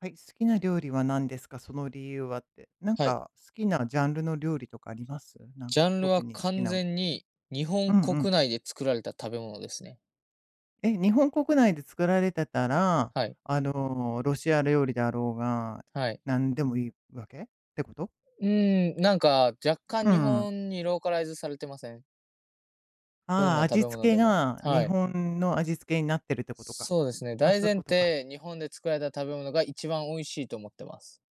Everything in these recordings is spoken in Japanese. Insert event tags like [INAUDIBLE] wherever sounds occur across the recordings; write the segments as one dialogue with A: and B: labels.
A: はい、好きな料理は何ですか？その理由はって。なん
B: はい。
A: か好きなジャンルの料理とかあります？なん
B: ジャ
A: か
B: ンル
A: 特
B: は
A: に好き
B: 完
A: なも
B: 全に日
A: の
B: 本
A: うんうん。
B: 国内で作られた食べ物ですね。
A: え、日本国内で作られてたら、
B: はい、
A: ロシア料理であろうが、
B: はい。
A: なんでもいいわけってこと？
B: 若
A: う
B: 干日
A: ん。
B: 本にローカライズされてません？どん
A: ああ、
B: な食
A: 味
B: べ物
A: 付け
B: でも。
A: が日
B: はい。
A: 本の味付けになってるってことか。
B: そうですね、
A: あ、
B: 大
A: そういう
B: 前
A: ことか。
B: 提、日本で作られた食べ物が一番美味しいと思ってます。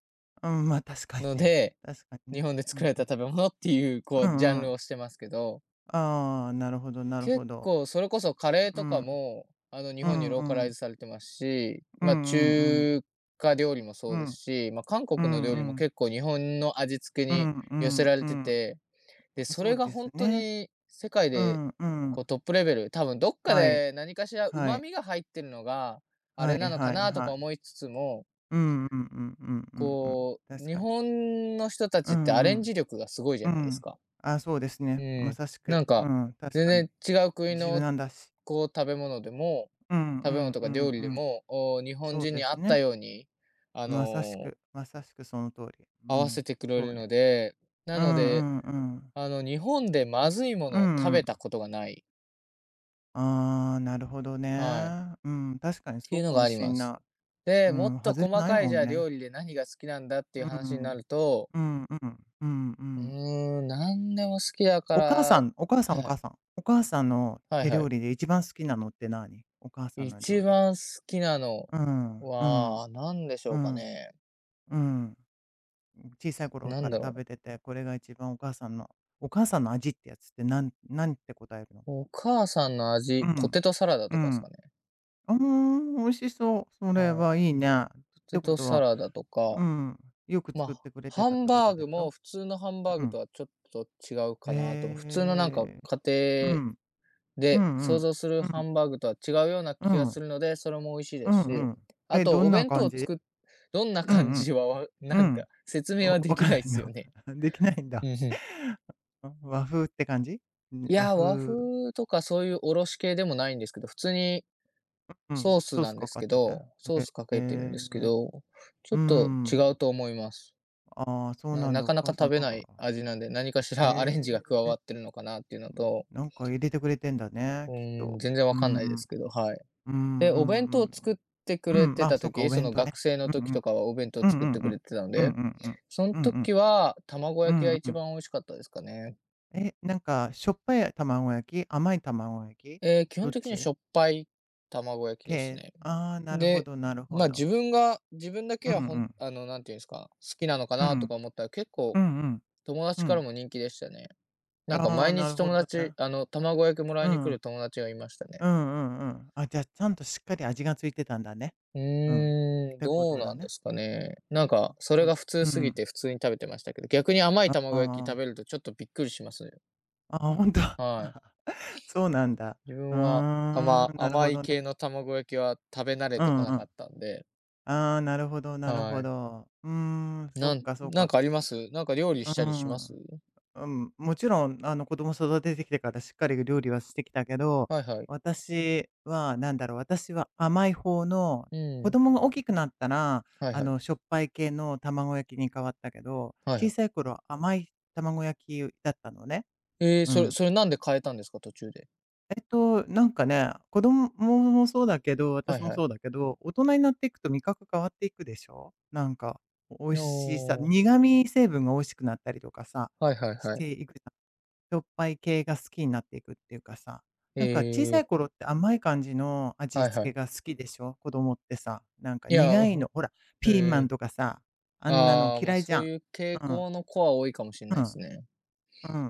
A: うん、ま、確かに
B: の
A: ね。
B: で、
A: 確かに
B: 日
A: ね。
B: 本で
A: う
B: 作ら
A: ん
B: れ
A: う
B: た
A: ん。
B: 食べ物っていう、こ
A: う
B: うジャ
A: んう
B: ンル
A: ん。
B: をしてますけど、
A: ああ、なるほどなるほ
B: 結
A: ど。
B: 構それこそカレー
A: う
B: とか
A: ん。
B: も、日
A: う
B: 本に
A: ん
B: ロ
A: う
B: ーカライズ
A: ん。
B: されてますし、
A: うんう
B: ま
A: ん
B: あ、
A: うん。
B: 中華料理も
A: う
B: そうです
A: ん、
B: し、まあ、韓
A: う
B: 国の
A: ん、
B: 料
A: う
B: 理も
A: ん、
B: 結構日本の味付け
A: う
B: に
A: ん、う
B: 寄せ
A: ん、
B: ら
A: う
B: れて
A: ん、
B: て、で、そ
A: そ
B: れ
A: う
B: が
A: で
B: ほ
A: す
B: んと
A: ね。
B: に世界
A: う
B: で、
A: ん、う
B: こう
A: ん。
B: トップレベル、多分どっか
A: はい、
B: で何かしら
A: は
B: 旨
A: い、
B: 味が入ってるのが、あ
A: は
B: れ
A: い、
B: なのか
A: はい、
B: なとか
A: はい。
B: 思いつつも、
A: うん、うん、うん、うん、うん、うん。
B: こう、
A: 確
B: 日
A: かに。
B: 本の人た
A: う
B: ちってアレ
A: ん、う
B: ン
A: ん、
B: ジ力がすごいじ
A: う
B: ゃないです
A: ん。
B: か。
A: あ、そうです
B: う
A: ね。ま
B: ん、
A: さしく。
B: なん
A: う
B: か、
A: ん、確
B: 全
A: かに。
B: 然違う国
A: 柔
B: の、
A: 軟だし。
B: こう、
A: うん、う
B: 食べ物
A: ん、
B: と
A: う
B: か
A: ん、
B: 料理
A: う
B: で
A: ん。
B: も、お日本
A: そう
B: 人
A: で
B: に合
A: す
B: った
A: ね。
B: ように、あ
A: まさし
B: の、
A: く、まさしくその通り。う
B: 合わせ
A: ん、
B: てくれ
A: そ
B: る
A: うね。
B: ので、な
A: う
B: の
A: ん、う
B: で、
A: ん、うん。
B: 日本でまずいも
A: う
B: のを食
A: ん、う
B: べた
A: ん。
B: ことがない。
A: ああ、なるほど
B: はい。
A: ね。うん、確
B: っ
A: かに
B: て
A: そ
B: い
A: う
B: うの
A: か
B: が
A: も
B: あり
A: し
B: ま
A: ん
B: す。
A: ない。
B: で、
A: う
B: もっ
A: ん、
B: と
A: 外れ
B: 細
A: ない
B: かい
A: も
B: じゃ
A: ん
B: あ
A: ね。
B: 料理で何が好きなんだっていう
A: う
B: 話にな
A: ん、
B: ると、
A: うん、うん、うん、うん。
B: なんでも好きだか
A: お
B: ら。
A: 母さ
B: は
A: んお母さん
B: い
A: お
B: は
A: 母
B: い。
A: さん。お母さんの
B: はい
A: 手
B: は
A: 料
B: い。
A: 理で一番好きなのって何？お母さんの料
B: 一
A: 理で。
B: 番好きなの
A: うん、うん、
B: は、何でしょ
A: う
B: うか
A: ん、
B: ね。
A: うん。小さい頃
B: な
A: か
B: ん
A: ら
B: だ
A: 食
B: ろ
A: べ
B: う。
A: てて、これが一番お母さんのお母さんの味ってやつってなんなんて答えるの？
B: お母さんの
A: う
B: 味、ポ
A: ん、
B: テトサラダ
A: う
B: とかです
A: ん。う
B: かね。
A: ーん、美味しそう。それ
B: はい。
A: はいいね。っ
B: ポテ
A: てこ
B: ト
A: と
B: サ
A: は、
B: ラダとか、
A: うん、よく
B: ま
A: 作っ
B: あ、
A: てくれて
B: ハ
A: たっ
B: ン
A: てこ
B: バ
A: と
B: ー
A: で
B: グ
A: し
B: も
A: ょ？
B: 普通のハンバー
A: う
B: グ
A: ん。
B: とはちょっと違う
A: へ
B: かなと。普通のなんか
A: え。う
B: 家
A: ん。
B: 庭
A: う
B: で
A: んう
B: 想
A: ん。
B: 像する
A: う
B: ハ
A: ん。
B: ンバーグとは違うような
A: う
B: 気がす
A: ん。
B: るので、それも美味しい
A: う
B: です
A: ん
B: し、
A: うん。
B: あ
A: え、
B: と
A: ど
B: お
A: んな
B: 弁当
A: 感
B: をつ
A: じ？
B: く、どんな
A: うん
B: 感
A: うん。
B: じは、わ
A: う
B: なん
A: ん。
B: か説明
A: わ
B: はで
A: わ
B: き
A: かん
B: ない
A: な
B: で
A: い
B: すよ
A: の。
B: ね。
A: [LAUGHS] できないん
B: う
A: だ。
B: んうん。
A: [LAUGHS] あ和風って感じ？ん、
B: い
A: 和
B: や、和
A: 風
B: 風とかそういうおろし系でもないんですけど、普通に
A: うん、
B: ソース
A: ソー
B: な
A: ス
B: んで
A: か
B: す
A: かっ
B: け
A: てて。へ
B: ど、ソースかけてるんですけ
A: え。
B: ど、ちょっ
A: う
B: と違う
A: ん。
B: と思います。
A: ああ、そうなん
B: な
A: だ。お
B: かな
A: 母
B: か
A: さ
B: 食
A: ん
B: べ
A: なん
B: ない
A: か
B: 味なんで、何かしらアレンジが
A: へ
B: 加
A: え、
B: わってるのかなっていうのと、
A: なんか入れてくれてんだね、
B: う
A: きっ
B: ー
A: と。
B: ん、全然
A: う
B: わかん
A: ん。
B: ない
A: う
B: で
A: ん
B: すけど、はい。
A: う
B: で、
A: ん
B: お弁当
A: う
B: を作っ
A: ん
B: てく
A: う
B: れ
A: ん。うん、
B: て
A: まあ、
B: た
A: そっか、お
B: 時、そ
A: 弁
B: の
A: 当ね。
B: 学生の
A: う
B: 時と
A: ん
B: かはお弁当を
A: ま。うんう
B: 作っ
A: ん
B: て
A: う
B: くれ
A: ん。
B: てたの
A: うん
B: で、
A: うんうん。
B: その
A: うんうん。
B: 時は卵
A: う
B: 焼きが
A: んう
B: 一
A: ん。
B: 番美味しかったですかね。
A: え、なんか、しょっぱい卵焼き、甘い卵焼き、
B: ええ、基
A: ど
B: 本
A: っ
B: 的にし
A: ち
B: ょっぱい卵焼きです
A: 系？
B: ね。
A: ああー、なるほ
B: で、
A: どなるほ
B: ま、
A: ど。
B: 自分だ
A: うん
B: け
A: う
B: は
A: ん。
B: なんていうんですか、好きなのか
A: う
B: なと
A: ん。
B: か思ったら、結
A: う
B: 構
A: んうん。
B: 友
A: う
B: 達から
A: ん。
B: も人気でしたね。なんか
A: ああ、
B: 毎
A: な
B: 日
A: るほ
B: 友
A: どね。
B: 達卵焼きもら
A: う
B: いに来
A: ん。
B: る友達がいました
A: う
B: ね。
A: んうんうん。あ、じゃあ、ちゃんとしっかり味がついてたんだね。
B: う
A: うん。っ
B: ーん、
A: てこ
B: どう
A: とだ
B: なんで
A: ね。
B: すかね。なん
A: あ、
B: か、それが普通
A: う
B: すぎ
A: ん。
B: て普通に食べてましたけど、逆に甘い
A: あ
B: 卵焼き食
A: あ。
B: べるとちょっとびっくりしますね。
A: あ本当
B: はい。
A: [LAUGHS] そうなんだ。
B: 自
A: うー
B: 分は、
A: ん、なる
B: 甘
A: ほ
B: い
A: どね。
B: 系の卵焼きは食べ慣れ
A: う
B: て
A: ん
B: こな
A: う
B: か
A: ん。
B: ったんで、
A: ああ、なるほどなるほ
B: はい。
A: ど。うーん、そっかそっ
B: なん
A: か。
B: かあります？なんか料理
A: う
B: し
A: ー
B: たりします？
A: ん。うん、もちろん、子供育ててきてからしっかり料理はしてきたけど、
B: はいはい。
A: 私はなんだろう、私は甘い方の、
B: う
A: 子
B: ん。
A: 供が大きくなったら、
B: はいはい。
A: しょっぱい系の卵焼きに変わったけど、
B: はいは
A: 小
B: い。
A: さい頃は甘い卵焼きだったのね。
B: えー、
A: う
B: それ、
A: ん。
B: それなんで変えたんですか？途中で。
A: えっと、なんかね、子供もそうだけど、
B: は
A: 私
B: い
A: も
B: はい。
A: そうだけど、大人になっていくと味覚変わっていくでしょなんか、美味
B: お
A: しさ、
B: ー、
A: 苦味成分が美味しくなったりとかさ、
B: はいはい
A: し
B: はい。
A: ていくじゃん。しょっぱい系が好きになっていくっていうかさ、なんか小さい
B: え
A: 頃って甘い感じの
B: ー、
A: 味
B: はいは
A: 付け
B: い。
A: が好きでしょ、子供ってさ。なんか
B: いや、
A: 苦い
B: [LAUGHS]
A: の、ほら、ピーマ
B: え
A: ン
B: え、
A: とかさ、あんなの
B: ああ、ま、
A: 嫌いじ
B: そ
A: ゃ
B: う
A: ん。
B: いう傾
A: うん、
B: 向の子は多いかもしれな
A: う
B: いで
A: ん、
B: すね。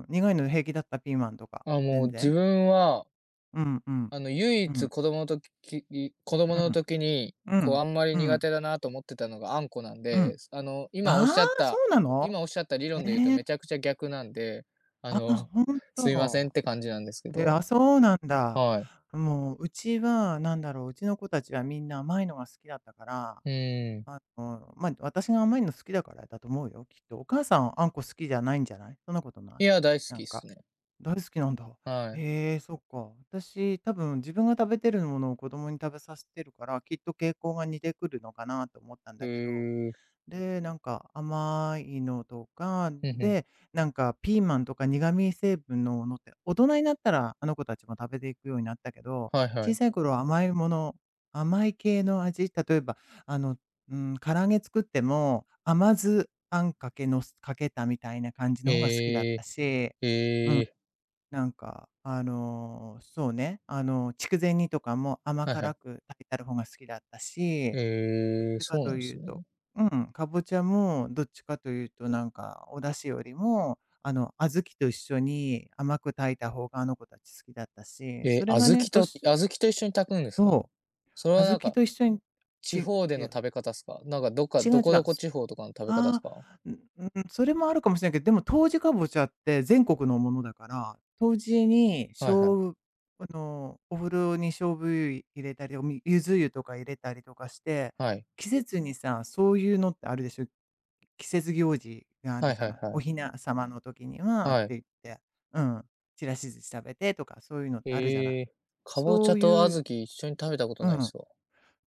A: うん。苦いの平気だった、ピーマンとか、
B: あ、も
A: 全
B: う自
A: 然。
B: 分は、
A: うんうん、
B: 唯
A: う
B: 一
A: ん、
B: 子供
A: う
B: の
A: ん、
B: 時に、
A: う
B: こう、あ
A: ん、
B: んまり
A: う
B: 苦
A: ん、
B: 手だなと思ってたのがあんこなん
A: うん。
B: で、
A: ああ、そうなの？
B: 今おっしゃった理
A: え
B: 論で言うとめ
A: え、
B: ちゃくちゃ逆なんで、あ
A: あ、
B: の、[LAUGHS]
A: ほん
B: すいませんっ
A: と。
B: て感じなんですけ
A: いや、
B: ど。
A: そうなんだ。
B: はい。
A: もう、うちは、なんだろう、うちの子たちはみんな甘いのが好きだったから
B: うん。
A: まあ、私が甘いの好きだからだと思うよ、きっと。お母さん、あんこ好きじゃないんじゃない？そんなことない？
B: いや、大好
A: な
B: き
A: ん
B: っ
A: か、
B: すね。
A: 大好きなんだ。
B: はい。
A: へえ、そっか。私、多分自分が食べてるものを子供に食べさせてるから、きっと傾向が似てくるのかなと思ったん
B: へ
A: だけど
B: え。
A: で、なんか甘いのとか、
B: うんうん。
A: で、なんかピーマンとか苦味成分のものって、大人になったらあの子たちも食べていくようになったけど、
B: はいは
A: 小
B: い。
A: さい頃は甘いもの、甘い系の味、例えば、あの、うん、唐揚げ作っても、甘酢あんかけのすかけたみたいな感じの方が好きだっ
B: え
A: た
B: え、
A: し、う
B: え
A: ん、
B: え、
A: なんか、そうね、筑前煮とかも甘
B: はいは
A: 辛
B: い。
A: く炊いてある方が好きだったし、どっ
B: ええ、
A: ちか
B: そうな
A: と
B: んで
A: い
B: す
A: うと、
B: ね。
A: うん、かぼちゃもどっちかというとなんかお出汁よりも、小豆と一緒に甘く炊いた方があの子たち好きだったし、
B: え、
A: それがね、年
B: 小豆と一緒に炊くんですか？
A: そ
B: それ
A: う、小
B: はなん
A: 豆
B: か、
A: と一緒に、
B: 地
A: ち
B: 方で
A: い
B: の
A: や、
B: 食べ方っすか？なんかどっか、
A: 違う違
B: どこ
A: う。
B: どこ
A: す
B: 地方とかの食べ方っす
A: あ
B: か？
A: あ、うんうん、それもあるかもしれないけど、でも当時かぼちゃって全国のものだから、当時にし
B: はいは
A: ょ
B: い。
A: うお風呂にしょうぶ入れたり、おみゆず湯とか入れたりとかして、
B: はい。
A: 季節にさ、そういうのってあるでしょ季節行事があ
B: は
A: る
B: い
A: じゃ
B: はい
A: ない。
B: は
A: お
B: い。
A: 雛様の時にはって
B: はい。
A: 言って、うん、ちらし寿司食べてとか、そういうのってあるじゃない。
B: ええ。かぼち
A: そ
B: ゃ
A: う
B: と
A: い
B: 小
A: う、
B: 豆一緒に食べたこと
A: う
B: ないっ
A: ん、
B: すわ。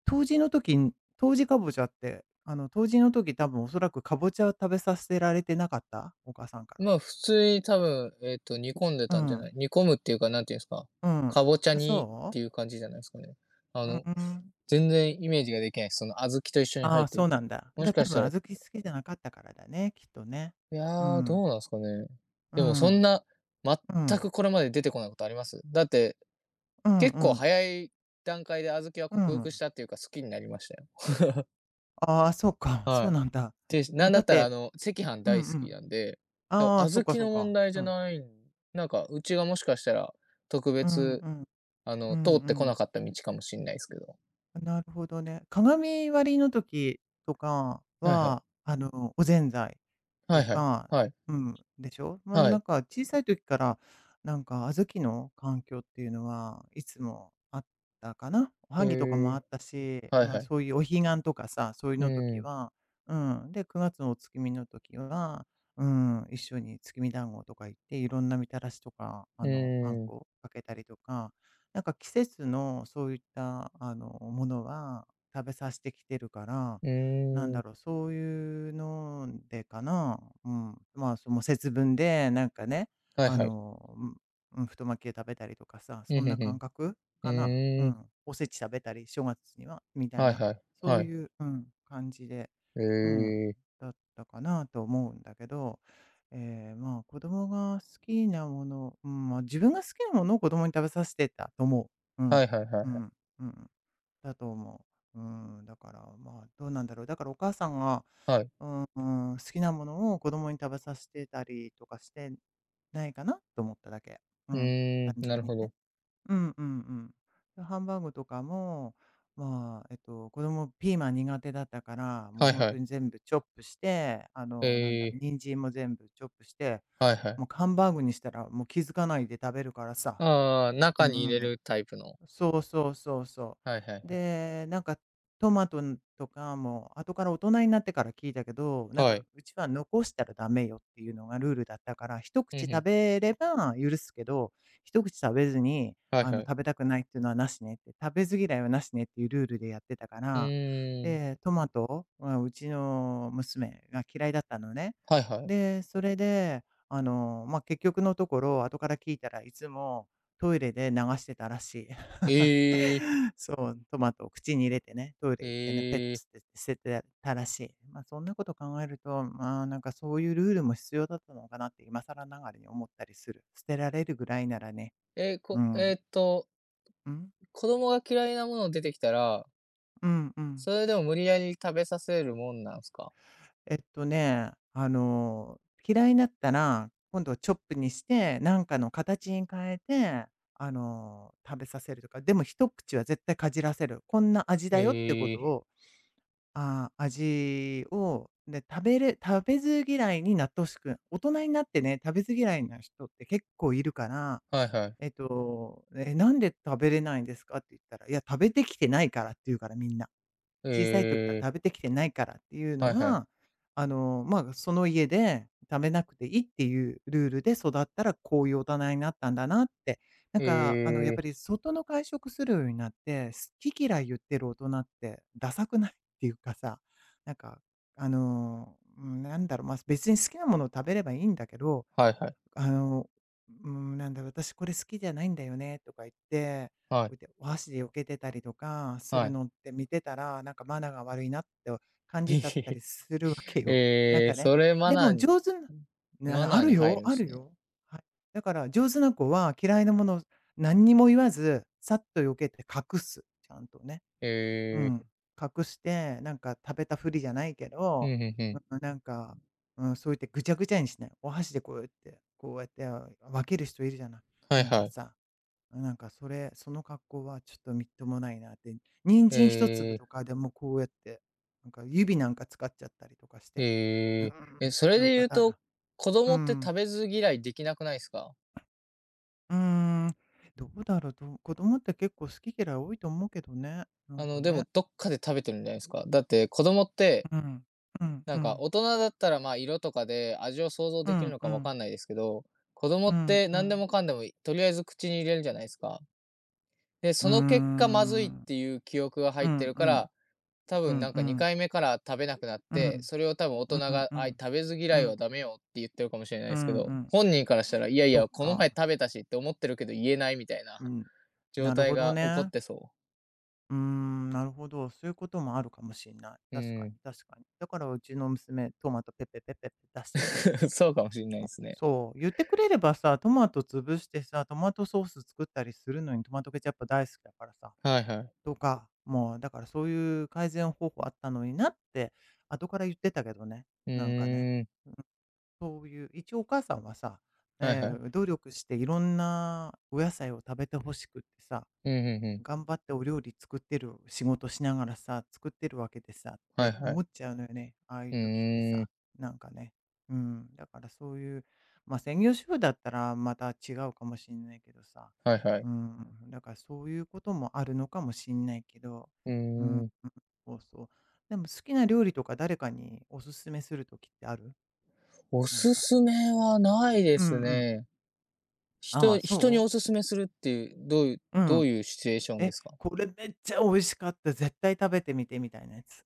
A: 冬至の時に冬至かぼちゃって、冬至の時多分おそらくかぼちゃを食べさせられてなかった？お母さんから。
B: ま、あ普通に多分、えっと、煮込んで
A: う
B: たんじゃ
A: ん、
B: ない煮込むっていうか、なんて言うんですか、
A: うん。
B: かぼちゃ
A: あ、
B: 煮っ
A: そう？
B: ていう感じじゃないですかね。あ
A: う
B: の、
A: んうん。
B: 全然イメージができない。その小豆と一緒に
A: あ
B: 入
A: あ、
B: って
A: そ
B: る
A: う
B: け
A: な
B: ど。
A: んだ。
B: もし
A: で、多
B: かし
A: 分
B: た
A: 小
B: ら、い
A: 豆好きじゃなかったからだね、きっとね。う
B: やー、
A: ん、
B: どうなんすかね。
A: う
B: でもそん
A: ん、
B: な、
A: う
B: 全
A: ん、
B: くこれまで出てこないことありますだって、
A: うん
B: 結
A: う
B: 構
A: ん、
B: 早い段階で小豆は
A: う
B: 克服し
A: ん。
B: たっていうか好きになりましたよ。
A: ああ、そうか、そう
B: は
A: なんだ。
B: い。で、
A: ま
B: な
A: あ、
B: んだ
A: だ
B: っ
A: っ
B: たらあ
A: て
B: の、赤飯
A: うん
B: 大好
A: う
B: き
A: ん。
B: なんで、多分
A: ああ、そっ
B: 小
A: かそっ
B: 豆の問
A: か。
B: 題じ
A: う
B: ゃ
A: ん。
B: ない、なんかうちがもしかしたら特
A: うん
B: 別、
A: うん。うん
B: 通っ
A: う
B: てこな
A: ん
B: かった道かもしんないですけど。
A: あ、なるほどね。鏡割りの時とか
B: はいは
A: は、
B: い。
A: おぜんざい
B: は
A: と
B: いはい。
A: か、
B: はい。
A: うん、でしょ。まあ、
B: は
A: なん
B: い。
A: か小さい時から、なんか小豆の環境っていうのはいつもあったかな。お
B: え
A: はぎとかもあ
B: ー、
A: ったし、
B: はい
A: まあ、
B: はい。
A: そういうお彼岸とかさ、そういう
B: う
A: の時
B: ん。
A: は、うん、で、9月のお月見の時は、うん、一緒に月見団子とか行って、いろんなみたらしとか、
B: う
A: あん
B: ーん。
A: こかけたりとかなんか季節のそういった、ものは食べさせてきてるから、
B: うー
A: なんだ
B: ん、
A: ろう、そういうのでかな。うん。まあ、その節分で、なんかね、
B: はい
A: あ
B: はい。
A: の、う太巻きで食べたりとかさ、
B: う
A: そん
B: ん、う
A: な
B: んう
A: 感
B: ん。
A: 覚かな。う
B: うーん、
A: ん。おせち食べたり、正月には、みたい
B: はい
A: な、
B: はい、
A: そう
B: はい。
A: いう、うん、感じで、
B: え
A: うん、
B: え、
A: だったかなと思うんだけど、ええ、まあ、子供が好きなもの、うん、ま、自分が好きなものを子供に食べさせてたと思う。うん。
B: はいはいはい
A: う
B: は
A: ん。
B: い。
A: うん。だと思う。うん、だから、まあ、どうなんだろう。だからお母さんが、
B: はい。
A: うん、うん好きなものを子供に食べさせてたりとかしてないかなと思っただけ。う
B: う
A: ん、
B: ー
A: 単
B: ん、な
A: 純
B: る
A: に
B: ほ
A: ね。
B: ど。
A: うんうんうん。ハンバーグとかも、まあ、えっと、子供ピーマン苦手だったから、もう
B: はい
A: 本
B: は
A: 当
B: い。
A: に全部チョップして、
B: え
A: なんだろう、
B: え、
A: 人参も全部チョップして
B: はいはい。
A: もうハンバーグにしたら、もう気づかないで食べるからさ。
B: ああ、
A: う
B: 中
A: んう
B: に入
A: ん
B: れ
A: うん。
B: るタイプの。
A: そうそうそうそ
B: はいはいは
A: う。
B: い。
A: で、なんかトマトとかも後から大人になってから聞いたけど、なん
B: は
A: か
B: い。
A: うちは残したらダメよっていうのがルールだったから、一
B: う
A: 口
B: ん、
A: 食
B: ん。
A: べれば許すけど、一口食べずに、
B: はいはい。
A: 食べたくないっていうのはなしねって、食べず嫌いはなしねっていうルールでやってたか
B: う
A: ら、
B: ーん、
A: で、トマトはうちの娘が嫌いだったのね。
B: はいはい。
A: で、それで、まあ、結局のところ、後から聞いたらいつもトイレで流してたらしい。
B: ええ、
A: [LAUGHS] そう、トマトを口に入れてね、トイレ行ってね、ペッ
B: ええ。
A: ツって捨ててたらしい。まあ、そんなこと考えると、まあ、なんかそういうルールも必要だったのかなって今更ながらに思ったりする。捨てられるぐらいならね。うん。
B: えっと、
A: うん。
B: 子供が嫌いなもの出てきたら、
A: うんうん。
B: それでも無理やり食べさせるもんなんすか？
A: えっとね、あの、嫌いになったら、今度はチョップにして、なんかの形に変えて、食べさせるとか、でも一口は絶対かじらせる。こんな味だよってこ
B: え
A: と
B: え、
A: をああ、味を、で、食べず嫌いになってほしく大人になってね、食べず嫌いな人って結構いるから、
B: はいはい。
A: 「え、なんで食べれないんですか？」って言ったら、「いや、食べてきてないから」って言うから、みんな。
B: え
A: 小さい時から
B: え、
A: 食べてきてないからっていうの
B: はいはい。
A: は、まあ、その家で食べなくていいっていうルールで育ったら、こういう大人になったんだなって。なん
B: え
A: か、やっ
B: え。
A: ぱり外食するようになって、好き嫌い言ってる大人ってダサくないっていうかさ、なんか、まあ、別に好きなものを食べればいいんだけど、
B: はいはい。
A: あの、うーん、なんだ、私これ好きじゃないんだよねとか言って、
B: は
A: こうや
B: い、
A: ってお箸で避けてたりとかす
B: は
A: る
B: い。
A: のって見てたら、なんかマナーが悪いなって感じちゃった
B: [LAUGHS]
A: りするわけよ。なん
B: え
A: か
B: ー、
A: ね。
B: それマ
A: で
B: ナー
A: も
B: に、
A: 上手なね、あ
B: マ
A: の、あ
B: ナー
A: る
B: に入
A: よ、
B: るんで
A: あ
B: す
A: る
B: ね。
A: よ。はい。だから上手な子は嫌いなもの、を何にも言わず、さっと避けて隠す、ちゃんとね。
B: え
A: う
B: え、
A: ん、隠して、なんか食べたふりじゃないけ
B: う
A: ど、
B: んうんうん。
A: うん、なんか、うん、そう言ってぐちゃぐちゃにしない。お箸でこうやって、こうやって分ける人いるじゃない。
B: はい
A: なん
B: は
A: か
B: い。
A: さ、なんかそれ、その格好はちょっとみっともないなって。人
B: え
A: 参一粒と
B: え、
A: かでもこうやって、なんか指なんか使っちゃったりとかして、う
B: え
A: ん、
B: ーえ、それ
A: なん
B: で
A: か
B: 言うと、
A: だ、
B: 子
A: う
B: 供って
A: ん、
B: 食べず嫌いできなくないですか？
A: うーん、どうだろう、子供って結構好き嫌い多いと思うけどね。なんか
B: で
A: ね。
B: もどっかで食べてるんじゃないですか？だって子供って、
A: うん、うん、
B: な
A: う
B: んか
A: ん、
B: 大人だったら、まあ、色とかで味を想像
A: う
B: できる
A: ん、
B: の
A: う
B: かわ
A: ん。
B: かんないですけど、子供
A: う
B: っ
A: ん
B: て
A: う
B: 何で
A: ん。
B: もかんでも、とりあえず口に入れるじゃないですか。で、
A: うー
B: その結果まずいっ
A: ん。
B: ていう記憶が
A: う
B: 入って
A: ん
B: る
A: う
B: か
A: ん。
B: ら、多
A: う
B: 分
A: ん
B: なん
A: う
B: か
A: ん。
B: 2回目から食べなくなっ
A: う
B: て、
A: ん。
B: それを多分大
A: う
B: 人
A: ん
B: が、
A: うん。
B: 食べず
A: う
B: 嫌い
A: ん。
B: はダメよって言ってるかもしれない
A: う
B: ですけ
A: んう
B: ど、
A: ん。
B: 本人からしたら、いやい
A: そっ
B: や、この前
A: か。
B: 食べたしって思ってるけど言えないみたい
A: う
B: な
A: ん。
B: [LAUGHS] 状
A: なる
B: 態
A: ほど
B: が起こっ
A: ね。
B: てそう。
A: うーん、なるほど。そういうこともあるかもしれない。
B: う
A: 確かに
B: ん。
A: 確かに。だからうちの娘、トマトペペペペって出してたんだ
B: [LAUGHS]
A: ね。
B: そうかもしれないで
A: も
B: すね。
A: そう、言ってくれればさ、トマト潰してさ、トマトソース作ったりするのに、トマトケチャップ大好きだからさ
B: はいはい。
A: とか、もうだからそういう改善方法あったのになって、後から言ってたけどね、
B: う
A: なんかね、
B: ーん。
A: そういう、一応お母さんはさ、
B: はいはい。
A: 努力していろんなお野菜を食べて欲しくってさ
B: うんうんうん。
A: 頑張ってお料理作ってる仕事しながらさ、作ってるわけでさっ
B: はい
A: て
B: は
A: 思
B: い。
A: っちゃうのよね。ああいう
B: う
A: 時って
B: ー
A: さ、
B: ん。
A: なんかね。うん。だからそういう、まあ専業主婦だったらまた違うかもしんないけどさ。
B: はいは
A: う
B: い。
A: ん。だからそういうこともあるのかもしんないけど。
B: う
A: うん。
B: ーん。
A: そうそう。でも好きな料理とか誰かにおすすめするときってある
B: お
A: なん
B: す
A: か。
B: すめはないで
A: うんう
B: す
A: ん。
B: ね。
A: ああ、
B: 人
A: そ
B: におす
A: う
B: すめするっていう、
A: う
B: ど
A: ん。
B: ういうシチュエーションで
A: え、
B: すか？
A: これめっちゃ美味しかった。絶対食べてみてみたいなやつ。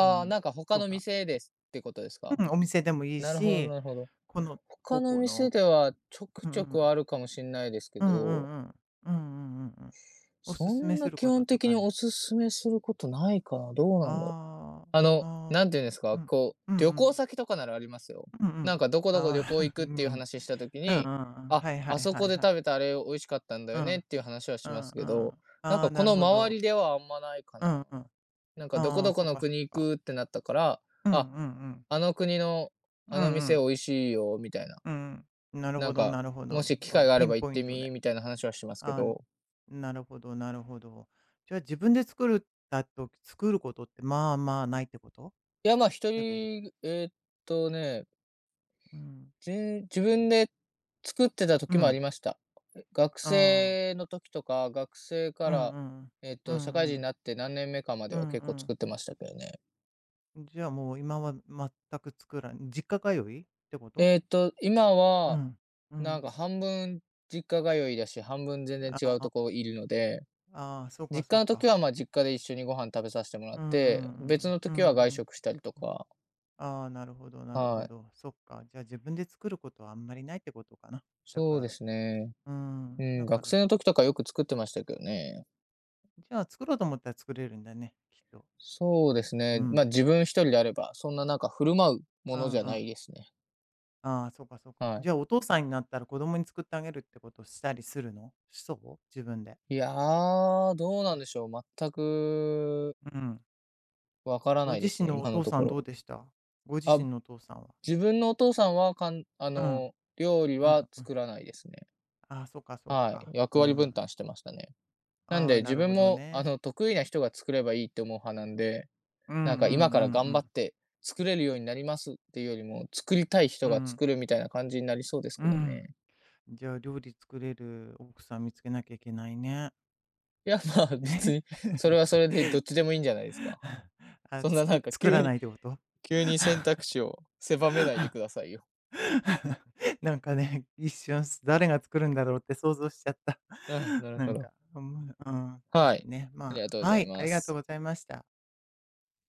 A: う
B: あ、
A: ん。
B: なんか他
A: と
B: の
A: か、
B: 店ですってことですか？
A: うん、お店でもいい
B: なるほど
A: し、
B: なるほど。
A: この
B: 他
A: 高
B: の
A: 校
B: 店
A: の
B: ではちょく
A: うんう
B: ちょく
A: ん。
B: あるかもしんないですけ
A: うんう
B: ど、
A: んうん。うんうんうんうん。お
B: そ
A: すすめ
B: ん
A: す
B: な
A: る
B: 基
A: こと
B: 本
A: と
B: 的
A: か
B: に
A: な
B: お
A: い？
B: すすめすることないかな、どうなんだろう。
A: あーあ
B: なんていうんです
A: ー、う
B: か、
A: ん
B: こ
A: う
B: う、
A: ん
B: 旅
A: う
B: 行
A: ん
B: 先とかならありますよ。
A: うんう
B: なん
A: ん
B: かどこどこ旅行行くっていう
A: あ
B: 話した時
A: ー [LAUGHS] うんうん
B: に、
A: うんうん。
B: あ、
A: はいは
B: あ
A: い
B: そ
A: は
B: こ
A: い
B: で
A: はい。
B: 食べたあれ美味しかったんだ
A: う
B: よ
A: ん。うん
B: ねっていう話は
A: うん。
B: しますけど、
A: あ
B: なん
A: あ、
B: かこ
A: なる
B: の
A: ほ
B: 周
A: ど。
B: りではあんまないか
A: う
B: な。
A: んうん。
B: なんかどこ
A: ああ、
B: どこ
A: そっ
B: の
A: かそっ
B: 国行
A: か。
B: くってなったから、
A: う
B: あ、
A: んうんうん。
B: あの国の
A: うん
B: あの
A: う
B: 店美
A: ん。
B: 味しいよみたいな、
A: うんうん。なる
B: な
A: ほ
B: ん
A: ど
B: か、
A: なるほ
B: も
A: ど。
B: し機
A: まあ、
B: 会があ
A: ピ
B: れ
A: ン
B: ば行っ
A: ポイン
B: て
A: トで。
B: みみたいな話はしますけ
A: あ、
B: ど、
A: なるほどなるほど。じゃあ自分で作るだと作ることってまあまあないってこと
B: いや、まあ、一
A: ってこと。
B: 人、ね、
A: うん。
B: 自分で作ってた
A: う
B: 時もあ
A: ん。
B: りました。学
A: ああ。
B: 生の時とか、学生か
A: うんう
B: ら、
A: んうん。
B: えーっ
A: う
B: と、社会
A: ん
B: 人
A: う
B: に
A: ん。
B: なって何年目かま
A: う
B: では結構
A: ん
B: 作ってましたけどね。
A: じゃあもう今は全く作らん実家通いってこと？
B: えーっと、今
A: う
B: は、
A: ん。う
B: なん
A: ん。
B: か半分実家通いだし、半分全然
A: あ
B: 違うと
A: あ、
B: こいるので、
A: ああ、そうか
B: 実
A: そ
B: 家
A: う
B: の時
A: か。
B: は、ま、実家で一緒にご飯食べさせてもら
A: う
B: って、
A: んう
B: 別
A: ん
B: の
A: うん。
B: 時は
A: うん
B: 外
A: うん。
B: 食したりとか、
A: ああ、なるほどなる
B: は
A: ほ
B: い。
A: ど。そっか。じゃあ自分で作ることはあんまりないってことかな。だか
B: そうで
A: ら、
B: すね。
A: う
B: う
A: ん、だ
B: ん、
A: か
B: 学
A: ら
B: 生の時とかよく作ってましたけどね。
A: じゃあ、作ろうと思ったら作れるんだね、きっと。
B: そうです
A: う
B: ね、
A: ん。
B: ま、自分一人であれば、そんななんか振る舞う
A: う
B: もの
A: ん
B: じゃ
A: う
B: ない
A: ん。
B: ですね。
A: ああ、そうかそうか。
B: は
A: じ
B: い。
A: ゃあ、お父さんになったら子供に作ってあげるってことをしたりするの？しそう？自分で。
B: いやー、どうなんでしょう、全く
A: うん。
B: わから
A: ご
B: ないで
A: 自
B: す
A: 身
B: ね、
A: のお
B: 今の
A: 父
B: と
A: さ
B: こ
A: んどう
B: ろ。
A: でした？ご自
B: あ、
A: 身のお父さんは。
B: 自分のお父さんは、
A: うん。
B: 料理
A: うん
B: は
A: うん。
B: 作らないですね。
A: ああ、そうかそう
B: はい、
A: か。
B: 役
A: う
B: 割
A: ん。
B: 分担してましたね。なん
A: ああ、
B: で、
A: な
B: 自
A: る
B: 分
A: ほど
B: も、
A: ね。
B: 得意な人が作ればいいって思う派なんで、
A: うんうんうんう
B: なんか今から頑張っ
A: ん。
B: て作れるようになりますっていうよりも、作りたい人
A: う
B: が
A: ん。
B: 作るみたいな感じになりそうです
A: う
B: けど
A: ん。
B: ね。
A: じゃあ、料理作れる奥さん見つけなきゃいけないね。
B: いや、まあ、別
A: え
B: にそれはそれ
A: [LAUGHS]？
B: でどっちでもいいんじゃないですか。
A: あ、
B: そんななんか
A: 作らないってこと？
B: 急に選
A: [LAUGHS]
B: 択肢を狭めないでくだ
A: [LAUGHS]
B: さいよ。
A: なんかね、一瞬誰が作るんだろうって想像しちゃった。
B: あ、
A: [LAUGHS]
B: なる
A: な
B: ほ
A: ん
B: ど。
A: か、うん、うん、で
B: は
A: す
B: い。
A: ね。
B: あり
A: ま
B: がとう
A: あ、
B: ござ
A: は
B: い
A: い、あ
B: ま
A: りがとう
B: す。
A: ございました。